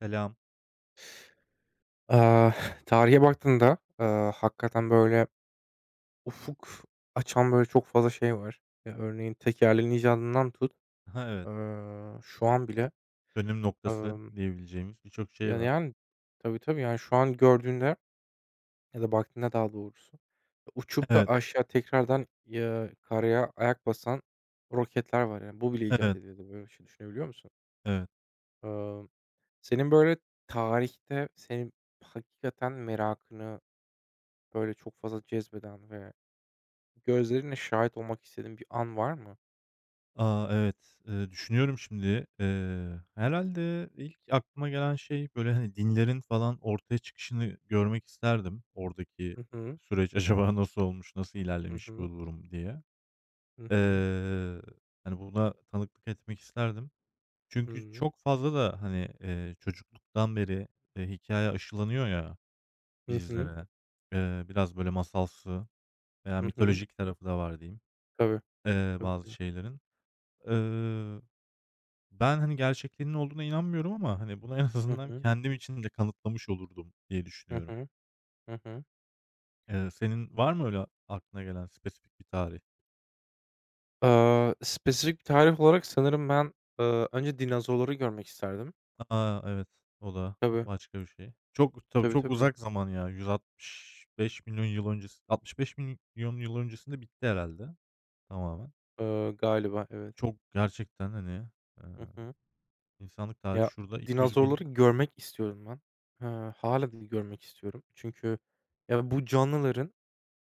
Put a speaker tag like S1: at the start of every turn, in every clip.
S1: Selam.
S2: Eee, Tarihe baktığında, hakikaten, böyle, ufuk açan, böyle, çok fazla şey var. Ya, örneğin tekerleğin icadından tut,
S1: Ha, evet.
S2: şu an bile,
S1: Dönüm noktası
S2: emm,
S1: diyebileceğimiz birçok şey
S2: ya,
S1: var.
S2: yani, tabii, tabii, yani, şu an gördüğünde ya da baktığında daha doğrusu uçup da
S1: Evet,
S2: aşağı tekrardan, ya, karaya ayak basan roketler var, yani. Bu bile icat
S1: evet,
S2: edildi. Böyle bir şey düşünebiliyor musun?
S1: evet.
S2: Emm, Senin, böyle, tarihte senin hakikaten merakını, böyle, çok fazla cezbeden ve gözlerinle şahit olmak istediğin bir an var mı?
S1: A, evet. Düşünüyorum şimdi. Herhâlde ilk aklıma gelen şey, böyle, hani, dinlerin falan ortaya çıkışını görmek isterdim. Oradaki
S2: Hı hı.
S1: süreç acaba nasıl olmuş, nasıl
S2: Hı
S1: ilerlemiş bu
S2: hı.
S1: durum diye.
S2: Hı hı.
S1: Eee, Hani, buna tanıklık etmek isterdim. Çünkü
S2: Hıı.
S1: çok fazla da, hani, çocukluktan beri, hikâye aşılanıyor ya
S2: Hı hı.
S1: bizlere. Biraz böyle masalsı veya
S2: Hı hı.
S1: mitolojik tarafı da var diyeyim,
S2: Tabii. Tabii,
S1: bazı
S2: tabii.
S1: şeylerin. Eee, Ben, hani, gerçekliğinin olduğuna inanmıyorum ama, hani, bunu en
S2: Hı
S1: azından
S2: hı.
S1: kendim için de kanıtlamış olurdum diye
S2: Hı
S1: düşünüyorum.
S2: hı. Hı hı.
S1: Senin var mı öyle aklına gelen spesifik bir tarih?
S2: Aaa, spesifik bir tarih olarak sanırım ben, önce dinozorları görmek isterdim.
S1: A! Evet, o da
S2: Tabii.
S1: başka bir şey. Çok tabii,
S2: Tabii,
S1: çok
S2: tabii.
S1: uzak zaman ya. 165 milyon yıl öncesi 65 milyon yıl öncesinde bitti herhâlde tamamen.
S2: Galiba evet.
S1: Çok gerçekten, hani, eee,
S2: Hı hı.
S1: insanlık tarihi
S2: Ya,
S1: şurada iki yüz
S2: dinozorları
S1: bin
S2: görmek istiyorum ben. Hâlâ da görmek istiyorum. Çünkü ya, bu canlıların,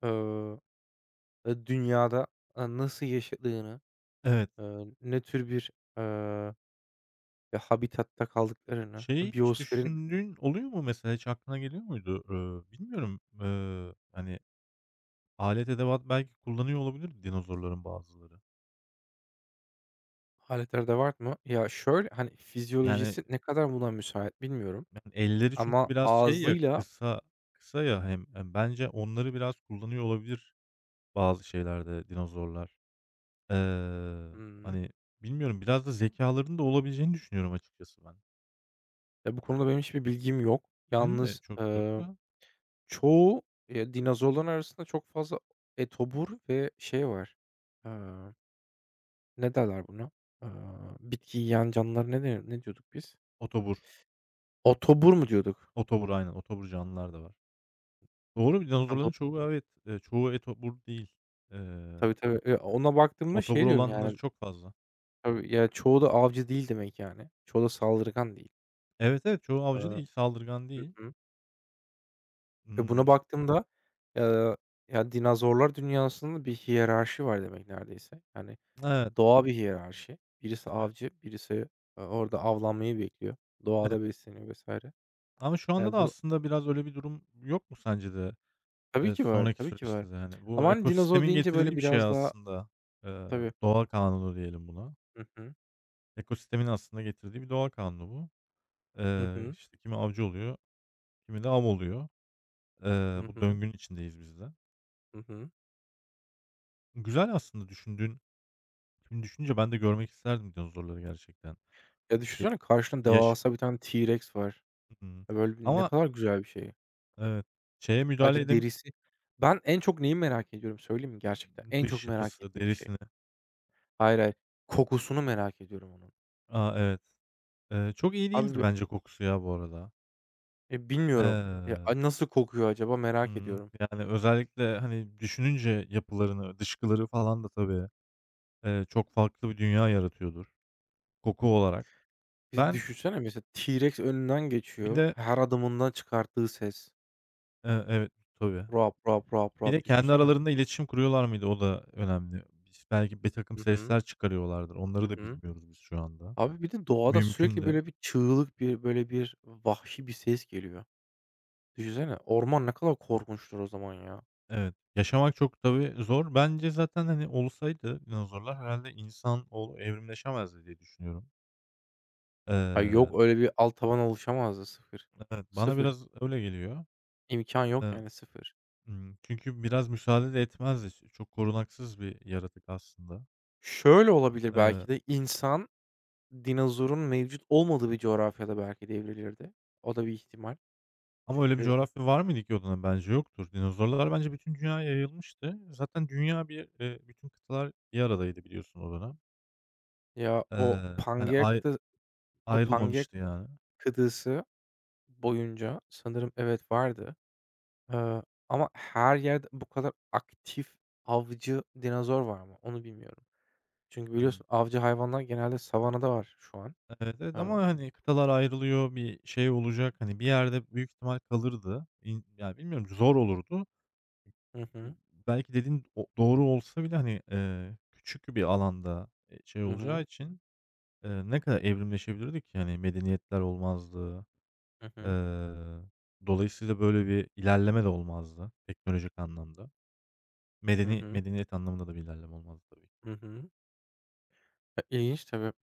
S2: eee, dünyada, nasıl yaşadığını,
S1: Evet.
S2: ne tür bir, eee ya, habitatta kaldıklarını,
S1: Şeyi hiç
S2: biyosferin
S1: düşündüğün oluyor mu mesela? Hiç aklına geliyor muydu? Bilmiyorum. Hani, alet edevat belki kullanıyor olabilir dinozorların bazıları.
S2: haletlerde de var mı? Ya, şöyle, hani,
S1: Yani,
S2: fizyolojisi ne kadar buna müsait bilmiyorum
S1: yani, elleri çünkü
S2: ama
S1: biraz şey ya,
S2: ağzıyla.
S1: kısa kısa ya hem bence onları biraz kullanıyor olabilir bazı şeylerde dinozorlar. Eee,
S2: Hımm.
S1: Hani, bilmiyorum biraz da zekalarının da olabileceğini düşünüyorum açıkçası ben.
S2: Ya, bu konuda benim hiçbir bilgim yok.
S1: Benim de
S2: Yalnız,
S1: çok yok da
S2: çoğu, dinozorların arasında çok fazla etobur ve şey var, eee, ne derler buna? Eee, Bitki yiyen canlılar ne denir ne diyorduk biz?
S1: otobur.
S2: Otobur mu diyorduk?
S1: Otobur aynen, otobur canlılar da var. Doğru,
S2: Ha,
S1: dinozorların çoğu evet, çoğu etobur değil. Eee,
S2: tabii, tabii. Ona baktığımda
S1: Otobur
S2: şey diyorum
S1: olanları
S2: yani.
S1: çok fazla.
S2: Tabii, ya, çoğu da avcı değil demek yani. Çoğu da saldırgan değil.
S1: Evet, evet, çoğu avcı
S2: Iıı,
S1: değil, saldırgan
S2: hı
S1: değil.
S2: hı. Ve buna
S1: Imm,
S2: baktığımda, eee, ya, dinozorlar dünyasında bir hiyerarşi var demek neredeyse. Yani
S1: evet,
S2: doğa bir hiyerarşi. Birisi
S1: evet,
S2: avcı, birisi, orada avlanmayı bekliyor.
S1: evet.
S2: Doğada besleniyor vs.
S1: Ama şu anda da
S2: Ya, bunu.
S1: aslında biraz öyle bir durum yok mu sence de?
S2: Tabii ki var,
S1: Sonraki
S2: tabii ki var.
S1: süreçte de hani
S2: Ama,
S1: bu
S2: hani, dinozor
S1: ekosistemin
S2: deyince böyle
S1: getirdiği bir şey
S2: biraz daha.
S1: aslında. Eee,
S2: Tabii.
S1: Doğa kanunu diyelim buna.
S2: Hı hı.
S1: Ekosistemin aslında getirdiği bir doğa kanunu bu.
S2: Hı hı.
S1: İşte kimi avcı oluyor, kimi de av oluyor.
S2: Hı
S1: Bu
S2: hı.
S1: döngünün içindeyiz biz de.
S2: Hı hı.
S1: Güzel aslında düşündüğün. Şimdi düşününce ben de görmek isterdim dinozorları gerçekten.
S2: Ya,
S1: Şey,
S2: düşünsene karşında
S1: yaş.
S2: devasa bir tane T-Rex var.
S1: Hımm.
S2: Ya, böyle, ne
S1: Ama,
S2: kadar güzel bir şey.
S1: evet, şeye müdahale
S2: Acı
S1: edem
S2: derisi. Ben en çok neyi merak ediyorum söyleyeyim mi gerçekten? En çok
S1: dış
S2: merak
S1: yapısı,
S2: ettiğim şey.
S1: derisine.
S2: Hayır, hayır. Kokusunu merak ediyorum onun.
S1: A, evet. Çok iyi
S2: Abi,
S1: değildir bence kokusu ya bu arada.
S2: bilmiyorum. Ya,
S1: Eee,
S2: nasıl kokuyor acaba merak ediyorum.
S1: Yani, özellikle, hani, düşününce yapılarını, dışkıları falan da tabii, çok farklı bir dünya yaratıyordur koku olarak.
S2: Bir
S1: Ben
S2: düşünsene mesela T-Rex önünden
S1: bir
S2: geçiyor.
S1: de,
S2: Her adımından çıkarttığı ses.
S1: evet, tabii.
S2: Rap rap rap
S1: Bir de
S2: rap
S1: kendi
S2: düşünsene.
S1: aralarında iletişim kuruyorlar mıydı? O da önemli. Biz belki birtakım
S2: Hı hı.
S1: sesler çıkarıyorlardır. Onları
S2: Hı
S1: da
S2: hı.
S1: bilmiyoruz biz şu anda.
S2: Abi bir de doğada
S1: Mümkün
S2: sürekli
S1: de.
S2: böyle bir çığlık, bir böyle bir vahşi bir ses geliyor. Düşünsene orman ne kadar korkunçtur o zaman ya.
S1: Evet. Yaşamak çok tabii zor. Bence zaten, hani, olsaydı dinozorlar herhalde insan evrimleşemezdi diye düşünüyorum.
S2: Ha,
S1: Eee,
S2: yok öyle bir alt tabana oluşamazdı. Sıfır,
S1: evet, bana
S2: sıfır.
S1: biraz öyle geliyor.
S2: İmkân yok
S1: Eee,
S2: yani, sıfır.
S1: Çünkü biraz müsaade de etmezdi. Çok korunaksız bir yaratık aslında.
S2: Şöyle olabilir
S1: Eee
S2: belki de, insan dinozorun mevcut olmadığı bir coğrafyada belki de evrilirdi. O da bir ihtimal.
S1: Ama öyle bir
S2: Çünkü
S1: coğrafya var mıydı ki o dönem? Bence yoktur. Dinozorlar bence bütün dünyaya yayılmıştı. Zaten dünya bir, bütün kıtalar bir aradaydı biliyorsun o dönem.
S2: ya
S1: Hani,
S2: O Pangea
S1: ayrılmamıştı yani.
S2: kıtası boyunca sanırım evet vardı. Eee, Ama her yerde bu kadar aktif avcı dinozor var mı? Onu bilmiyorum. Çünkü
S1: Hımm.
S2: biliyorsun avcı hayvanlar genelde savanada var şu an.
S1: Evet, evet
S2: Eee
S1: ama, hani, kıtalar ayrılıyor, bir şey olacak, hani, bir yerde büyük ihtimal kalırdı. Ya, bilmiyorum zor olurdu.
S2: Hı
S1: E,
S2: hı.
S1: belki dediğin o doğru olsa bile, hani, küçük bir alanda, şey
S2: Hı
S1: olacağı
S2: hı.
S1: için, ne kadar evrimleşebilirdik ki? Hani, medeniyetler olmazdı.
S2: Hı
S1: Eee,
S2: hı.
S1: Dolayısıyla böyle bir ilerleme de olmazdı teknolojik anlamda.
S2: Hı
S1: Medeni
S2: hı.
S1: medeniyet anlamında da bir ilerleme olmazdı tabii ki.
S2: Hı hı. Ya, ilginç tabii.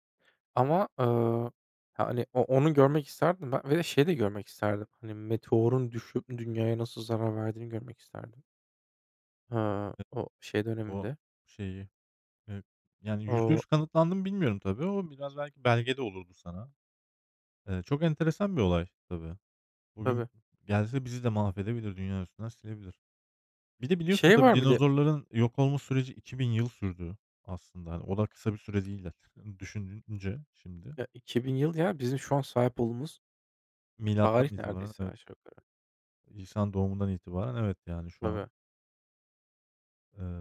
S2: Ama, hani, onu görmek isterdim ben ve de şeyi de görmek isterdim, hani, meteorun düşüp dünyaya nasıl zarar verdiğini görmek isterdim. Aaa, o şey
S1: O
S2: döneminde.
S1: şeyi, eee, yani
S2: O
S1: %100 kanıtlandı mı bilmiyorum tabii. O biraz belki belgede olurdu sana. Çok enteresan bir olay tabii. Bugün
S2: Tabii.
S1: gelse bizi de mahvedebilir, dünya üstünden silebilir. Bir de biliyorsun
S2: Şey
S1: tabii
S2: var bir de,
S1: dinozorların yok olma süreci 2.000 yıl sürdü aslında. Hani o da kısa bir süre değiller düşününce şimdi.
S2: ya, 2000 yıl ya bizim şu an sahip olduğumuz
S1: Milattan
S2: tarih
S1: itibaren
S2: neredeyse
S1: evet,
S2: aşağı yukarı.
S1: İsa'nın doğumundan itibaren evet, yani şu an.
S2: Tabii,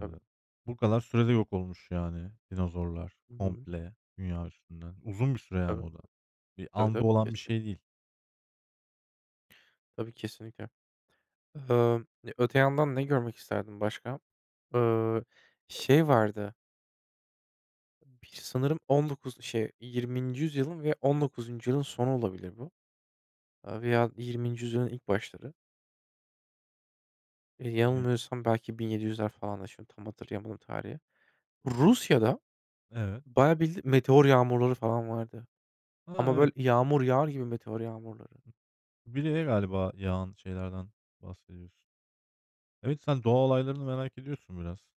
S2: tabii.
S1: Bu kadar sürede yok olmuş yani dinozorlar
S2: Hı hı.
S1: komple dünya üstünden. Uzun bir süre yani
S2: Tabii,
S1: o da. Bir
S2: tabii,
S1: anda
S2: tabii,
S1: olan bir şey değil.
S2: tabii, kesinlikle. Imm, Öte yandan ne görmek isterdim başka? Iıı, Şey vardı, bir sanırım 19 şey, 20. yüzyılın ve 19. yılın sonu olabilir bu, veya 20. yüzyılın ilk başları.
S1: Ne?
S2: Yanılmıyorsam belki 1700'ler falan da. Şimdi tam hatırlayamadım tarihi. Rusya'da
S1: Evet.
S2: bayağı bildi meteor yağmurları falan vardı
S1: Ha,
S2: ama böyle
S1: evet.
S2: yağmur yağar gibi meteor yağmurları.
S1: Bileğe galiba yağan şeylerden bahsediyorsun. Evet, sen doğa olaylarını merak ediyorsun biraz.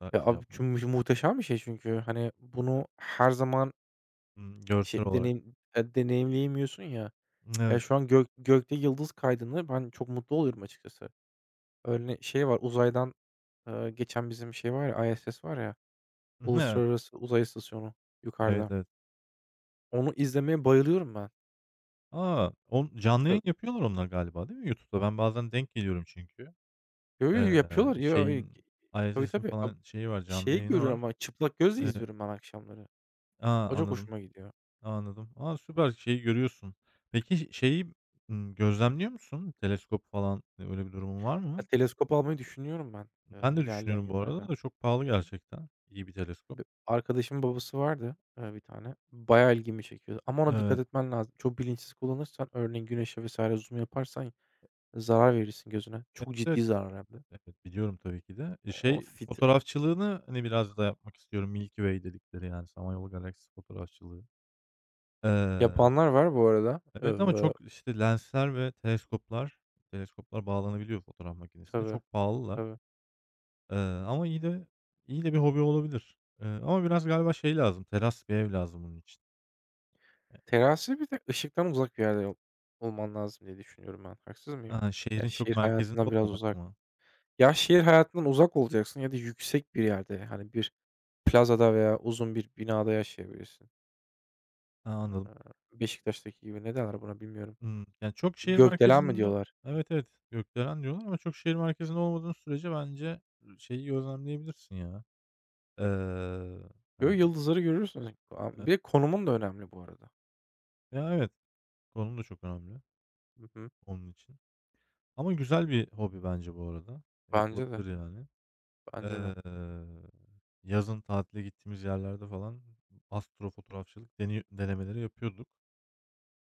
S1: Daha
S2: Ya,
S1: şey
S2: abi,
S1: yapmaya.
S2: çünkü muhteşem bir şey çünkü. Hani, bunu her zaman
S1: Görsel olarak.
S2: deneyimleyemiyorsun ya. Ya,
S1: Evet.
S2: şu an gökte yıldız kaydını ben çok mutlu oluyorum açıkçası. Öyle şey var, uzaydan. Geçen bizim şey var ya, ISS var ya,
S1: Evet.
S2: Uluslararası Uzay İstasyonu
S1: Evet,
S2: yukarıda.
S1: evet.
S2: Onu izlemeye bayılıyorum ben.
S1: A! On canlı yayın
S2: Tabii.
S1: yapıyorlar onlar galiba değil mi YouTube'da? Ben bazen denk geliyorum çünkü.
S2: Yo, yo, yo, yapıyorlar. Yo, yo,
S1: Şeyin,
S2: tabii,
S1: ISS'in
S2: tabii.
S1: falan şeyi var, canlı
S2: Şeyi
S1: yayını
S2: görüyorum
S1: var.
S2: ama çıplak gözle izliyorum ben akşamları.
S1: A,
S2: O çok
S1: anladım,
S2: hoşuma gidiyor.
S1: anladım. A, süper, şeyi görüyorsun. Peki şeyi, gözlemliyor musun? Teleskop falan, öyle bir durumun var
S2: Ya,
S1: mı?
S2: teleskop almayı düşünüyorum ben,
S1: Ben de
S2: ilerleyen
S1: düşünüyorum bu arada
S2: yıllarda.
S1: da çok pahalı gerçekten iyi bir teleskop.
S2: Bi arkadaşımın babası vardı, bir tane. Bayağı ilgimi çekiyordu ama ona dikkat
S1: Evet,
S2: etmen lazım. Çok bilinçsiz kullanırsan örneğin güneşe vesaire zoom yaparsan zarar verirsin gözüne.
S1: evet,
S2: Çok
S1: evet.
S2: ciddi zarar hem de.
S1: Evet, biliyorum tabii ki de. E,
S2: O
S1: şey,
S2: fit
S1: fotoğrafçılığını, hani, biraz da yapmak istiyorum. Milky Way dedikleri, yani, Samanyolu Galaksisi fotoğrafçılığı. Eee,
S2: Yapanlar var bu arada.
S1: evet ama çok, işte, lensler ve teleskoplar bağlanabiliyor fotoğraf makinesine.
S2: Tabii,
S1: Çok pahalılar.
S2: tabii.
S1: Eee, Ama iyi de bir hobi olabilir. Ama biraz galiba şey lazım, teras bir ev lazım bunun için.
S2: Terazide bir de ışıktan uzak bir yerde olman lazım diye düşünüyorum ben. Haksız mıyım?
S1: Ha,
S2: Ya,
S1: şehrin çok
S2: şehir
S1: merkezinde
S2: hayatından biraz
S1: olmamak
S2: uzak.
S1: mı?
S2: Ya, şehir hayatından uzak olacaksın ya da yüksek bir yerde, hani, bir plazada veya uzun bir binada yaşayabilirsin.
S1: Ha, anladım.
S2: Eee, Beşiktaş'taki gibi ne derler buna bilmiyorum.
S1: Hımm. Yani çok şehir
S2: Gökdelen mi
S1: merkezinde.
S2: diyorlar?
S1: Evet, evet, gökdelen diyorlar ama çok şehir merkezinde olmadığın sürece bence şeyi gözlemleyebilirsin ya. Eee,
S2: Yo,
S1: Hani, bir
S2: yıldızları görürsün. A
S1: eee,
S2: bir de konumun da önemli bu arada.
S1: ya, evet, konum da çok önemli
S2: Hı hı.
S1: onun için. Ama güzel bir hobi bence bu arada.
S2: Bence
S1: Yapılabilir
S2: de,
S1: yani.
S2: bence
S1: Eee,
S2: de.
S1: Yazın tatile gittiğimiz yerlerde falan astrofotoğrafçılık denemeleri yapıyorduk,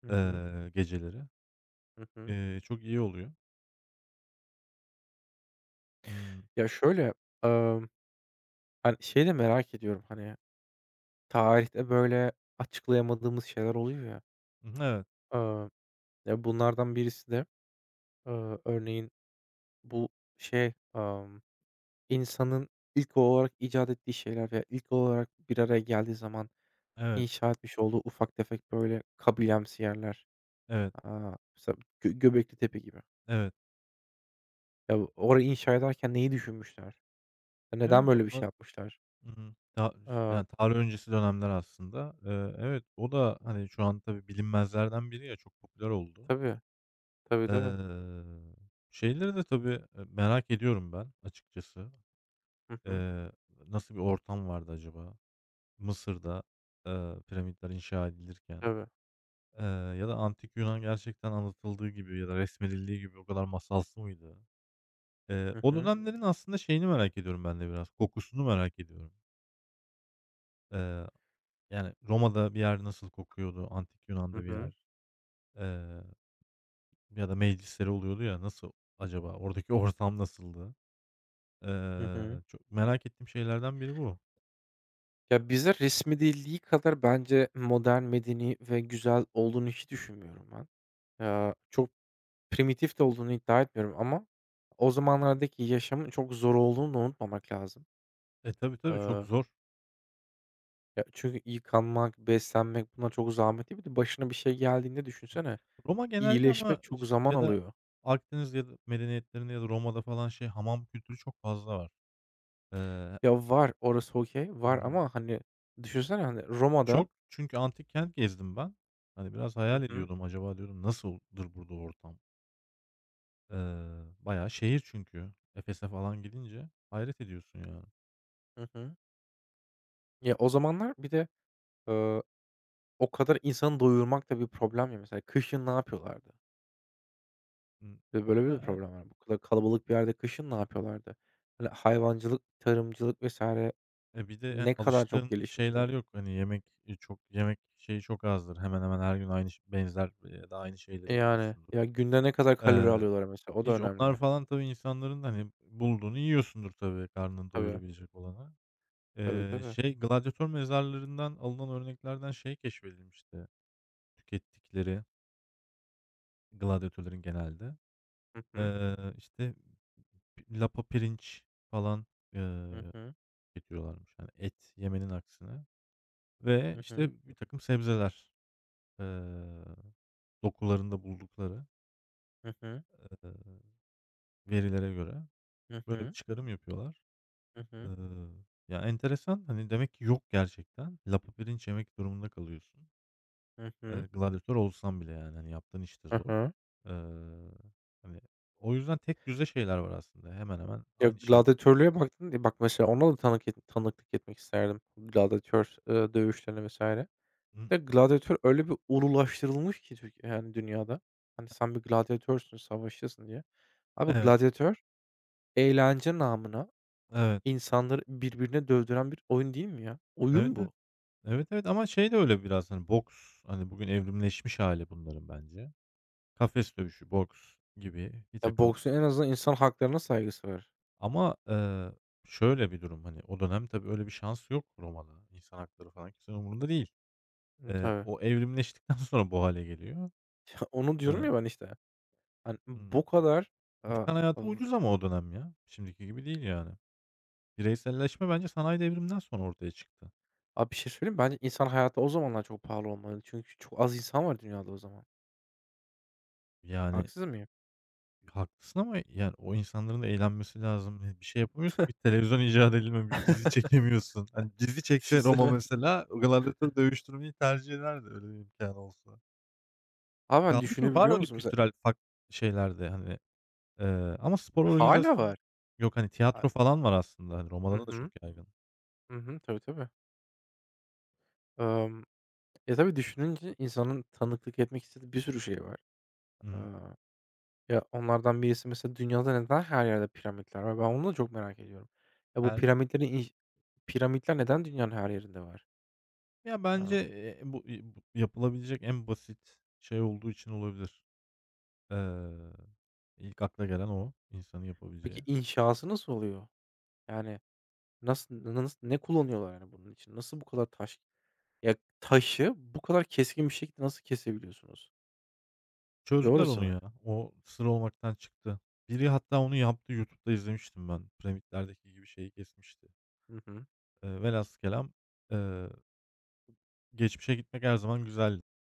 S2: Hı hı.
S1: geceleri.
S2: Hı hı.
S1: Çok iyi oluyor. Imm,
S2: Ya, şöyle, hani, şeyi de merak ediyorum, hani, tarihte böyle açıklayamadığımız şeyler oluyor ya.
S1: evet,
S2: Aaa, ya, bunlardan birisi de, örneğin bu şey, insanın ilk olarak icat ettiği şeyler ve ilk olarak bir araya geldiği zaman
S1: evet,
S2: inşa etmiş olduğu ufak tefek böyle kabilemsi yerler.
S1: evet,
S2: Aaa, mesela Göbeklitepe gibi.
S1: evet,
S2: Ya, orayı inşa ederken neyi düşünmüşler? Ya,
S1: evet,
S2: neden böyle bir şey
S1: onlar.
S2: yapmışlar?
S1: Hı hı. Ta işte,
S2: Aaa,
S1: yani tarih öncesi dönemler aslında. Evet, o da, hani, şu an tabii bilinmezlerden biri ya, çok popüler oldu.
S2: tabii, tabii, tabii.
S1: Eee, Şeyleri de tabii, merak ediyorum ben açıkçası.
S2: Hı hı.
S1: Eee, Nasıl bir ortam vardı acaba? Mısır'da, piramitler inşa edilirken,
S2: Tabii.
S1: eee, ya da antik Yunan gerçekten anlatıldığı gibi ya da resmedildiği gibi o kadar masalsı mıydı?
S2: Hı
S1: O
S2: hı.
S1: dönemlerin aslında şeyini merak ediyorum ben de biraz, kokusunu merak ediyorum. Eee, Yani Roma'da bir yer nasıl kokuyordu, antik
S2: Hı
S1: Yunan'da bir
S2: hı.
S1: yer, eee, ya da meclisleri oluyordu ya, nasıl acaba? Oradaki ortam nasıldı?
S2: Hı hı.
S1: Çok merak ettiğim şeylerden biri bu.
S2: Ya, bize resmedildiği kadar bence modern, medeni ve güzel olduğunu hiç düşünmüyorum ben. Çok primitif de olduğunu iddia etmiyorum ama o zamanlardaki yaşamın çok zor olduğunu da unutmamak lazım.
S1: E, tabii, tabii, çok
S2: Eee,
S1: zor.
S2: Ya, çünkü yıkanmak, beslenmek bunlar çok zahmetli. Bir de başına bir şey geldiğinde düşünsene,
S1: Roma genelde ama
S2: iyileşmek çok zaman
S1: ya da
S2: alıyor.
S1: Akdeniz ya da medeniyetlerinde ya da Roma'da falan şey hamam kültürü çok fazla var. Eee,
S2: Ya, var, orası okay, var
S1: ımm,
S2: ama, hani, düşünsene, hani, Roma'da.
S1: Çok çünkü antik kent gezdim ben. Hani, biraz
S2: Hı
S1: hayal
S2: hı.
S1: ediyordum, acaba diyordum nasıldır burada ortam? Eee, Bayağı şehir çünkü. Efes'e falan gidince hayret ediyorsun yani.
S2: Hı hı. Ya, o zamanlar bir de, o kadar insanı doyurmak da bir problem ya mesela. Kışın ne yapıyorlardı?
S1: Imm,
S2: Ve böyle bir de
S1: Ya,
S2: problem var. Bu kadar kalabalık bir yerde kışın ne yapıyorlardı? Hani hayvancılık, tarımcılık vs.
S1: bir de,
S2: ne kadar çok
S1: alıştığın
S2: gelişmişti.
S1: şeyler yok. Hani, yemek, çok yemek şeyi çok azdır. Hemen hemen her gün aynı benzer ya da aynı şeyleri
S2: Yani.
S1: yiyorsundur.
S2: Ya, günde ne kadar kalori alıyorlar mesela, o da
S1: Hiç onlar
S2: önemli.
S1: falan tabii insanların, hani, bulduğunu yiyorsundur tabii karnını
S2: Tabii.
S1: doyurabilecek olanı.
S2: Tabii, tabii.
S1: Şey, gladyatör mezarlarından alınan örneklerden şey keşfedilmişti, tükettikleri gladyatörlerin genelde.
S2: Hı hı.
S1: İşte, lapa pirinç falan,
S2: Hı
S1: eee,
S2: hı.
S1: tüketiyorlarmış, yani et yemenin aksine ve,
S2: Hı hı.
S1: işte, bir takım sebzeler, eee, dokularında buldukları,
S2: Hı hı.
S1: eee, verilere göre
S2: Hı
S1: böyle bir
S2: hı.
S1: çıkarım yapıyorlar.
S2: Hı hı.
S1: Iıı, Ya, enteresan, hani, demek ki yok gerçekten. Lapa pirinç yemek durumunda kalıyorsun.
S2: Hı hı.
S1: Gladyatör olsan bile, yani, hani, yaptığın iş de
S2: Hı
S1: zor.
S2: hı.
S1: Iıı, Hani, o yüzden tekdüze şeyler var aslında. Hemen hemen
S2: Ya,
S1: aynı şeyler.
S2: gladyatörlüğe baktın diye bak mesela ona da tanıklık etmek isterdim. Gladyatör, dövüşlerine vs.
S1: Hı
S2: De gladyatör öyle bir ululaştırılmış ki Türkiye yani dünyada. Hani sen bir gladyatörsün, savaşçısın diye. Abi
S1: Evet,
S2: gladyatör eğlence namına
S1: evet,
S2: insanları birbirine dövdüren bir oyun değil mi ya?
S1: evet,
S2: Oyun
S1: evet,
S2: bu.
S1: evet, evet ama şey de öyle biraz, hani, boks, hani, bugün evrimleşmiş hâli bunların bence. Kafes dövüşü, boks gibi bir
S2: Ya
S1: takım
S2: boksun en azından insan haklarına saygısı var.
S1: ama, şöyle bir durum, hani, o dönem tabii öyle bir şans yok Roma'da. İnsan hakları falan kimsenin umurunda değil.
S2: Hı, tabii.
S1: O evrimleştikten sonra bu hale geliyor.
S2: Onu
S1: Eee,
S2: diyorum ya ben işte. Hani bu
S1: ımm, eee,
S2: kadar a
S1: insan hayatı
S2: av
S1: ucuz ama o dönem ya. Şimdiki gibi değil yani. Bireyselleşme bence sanayi devriminden sonra ortaya çıktı.
S2: abi bir şey söyleyeyim mi? Bence insan hayatı o zamanlar çok pahalı olmalı. Çünkü çok az insan var dünyada o zaman.
S1: Yani
S2: Haksız mıyım?
S1: haklısın ama yani o insanların da eğlenmesi lazım. Bir şey yapamıyorsun ki televizyon icat edilme bir dizi çekemiyorsun. Hani dizi çekse Roma
S2: Düşünsene.
S1: mesela gladyatör dövüştürmeyi tercih ederdi öyle bir imkânı olsa.
S2: Abi ben
S1: Kaldı ki var
S2: düşünebiliyor
S1: öyle
S2: musun? Mesela
S1: kültürel farklı şeyler de hani, ama spor
S2: hala
S1: organizasyonu
S2: var.
S1: yok. Hani
S2: A
S1: tiyatro falan var aslında. Hani
S2: Hı
S1: Roma'da da
S2: hı.
S1: çok yaygın.
S2: Hı hı. Tabii, tabii. Emm, Ya, tabii düşününce insanın tanıklık etmek istediği bir sürü şey var.
S1: Hımm.
S2: Aaa, ya, onlardan birisi mesela dünyada neden her yerde piramitler var? Ben onu da çok merak ediyorum. Ya, bu
S1: Yani,
S2: piramitlerin inş piramitler neden dünyanın her yerinde var?
S1: ya, bence,
S2: Aaa,
S1: bu yapılabilecek en basit şey olduğu için olabilir. Eee, ilk akla gelen o, insanın
S2: peki
S1: yapabileceği.
S2: inşası nasıl oluyor? Yani nasıl ne kullanıyorlar, yani, bunun için? Nasıl bu kadar ya, taşı bu kadar keskin bir şekilde nasıl kesebiliyorsunuz?
S1: Çözdüler
S2: Doğrusu
S1: onu
S2: var.
S1: ya. O sır olmaktan çıktı. Biri hatta onu yaptı. YouTube'da izlemiştim ben. Piramitlerdeki gibi şeyi kesmişti.
S2: Hı hı.
S1: Velhasıl kelam, eee, geçmişe gitmek her zaman güzel.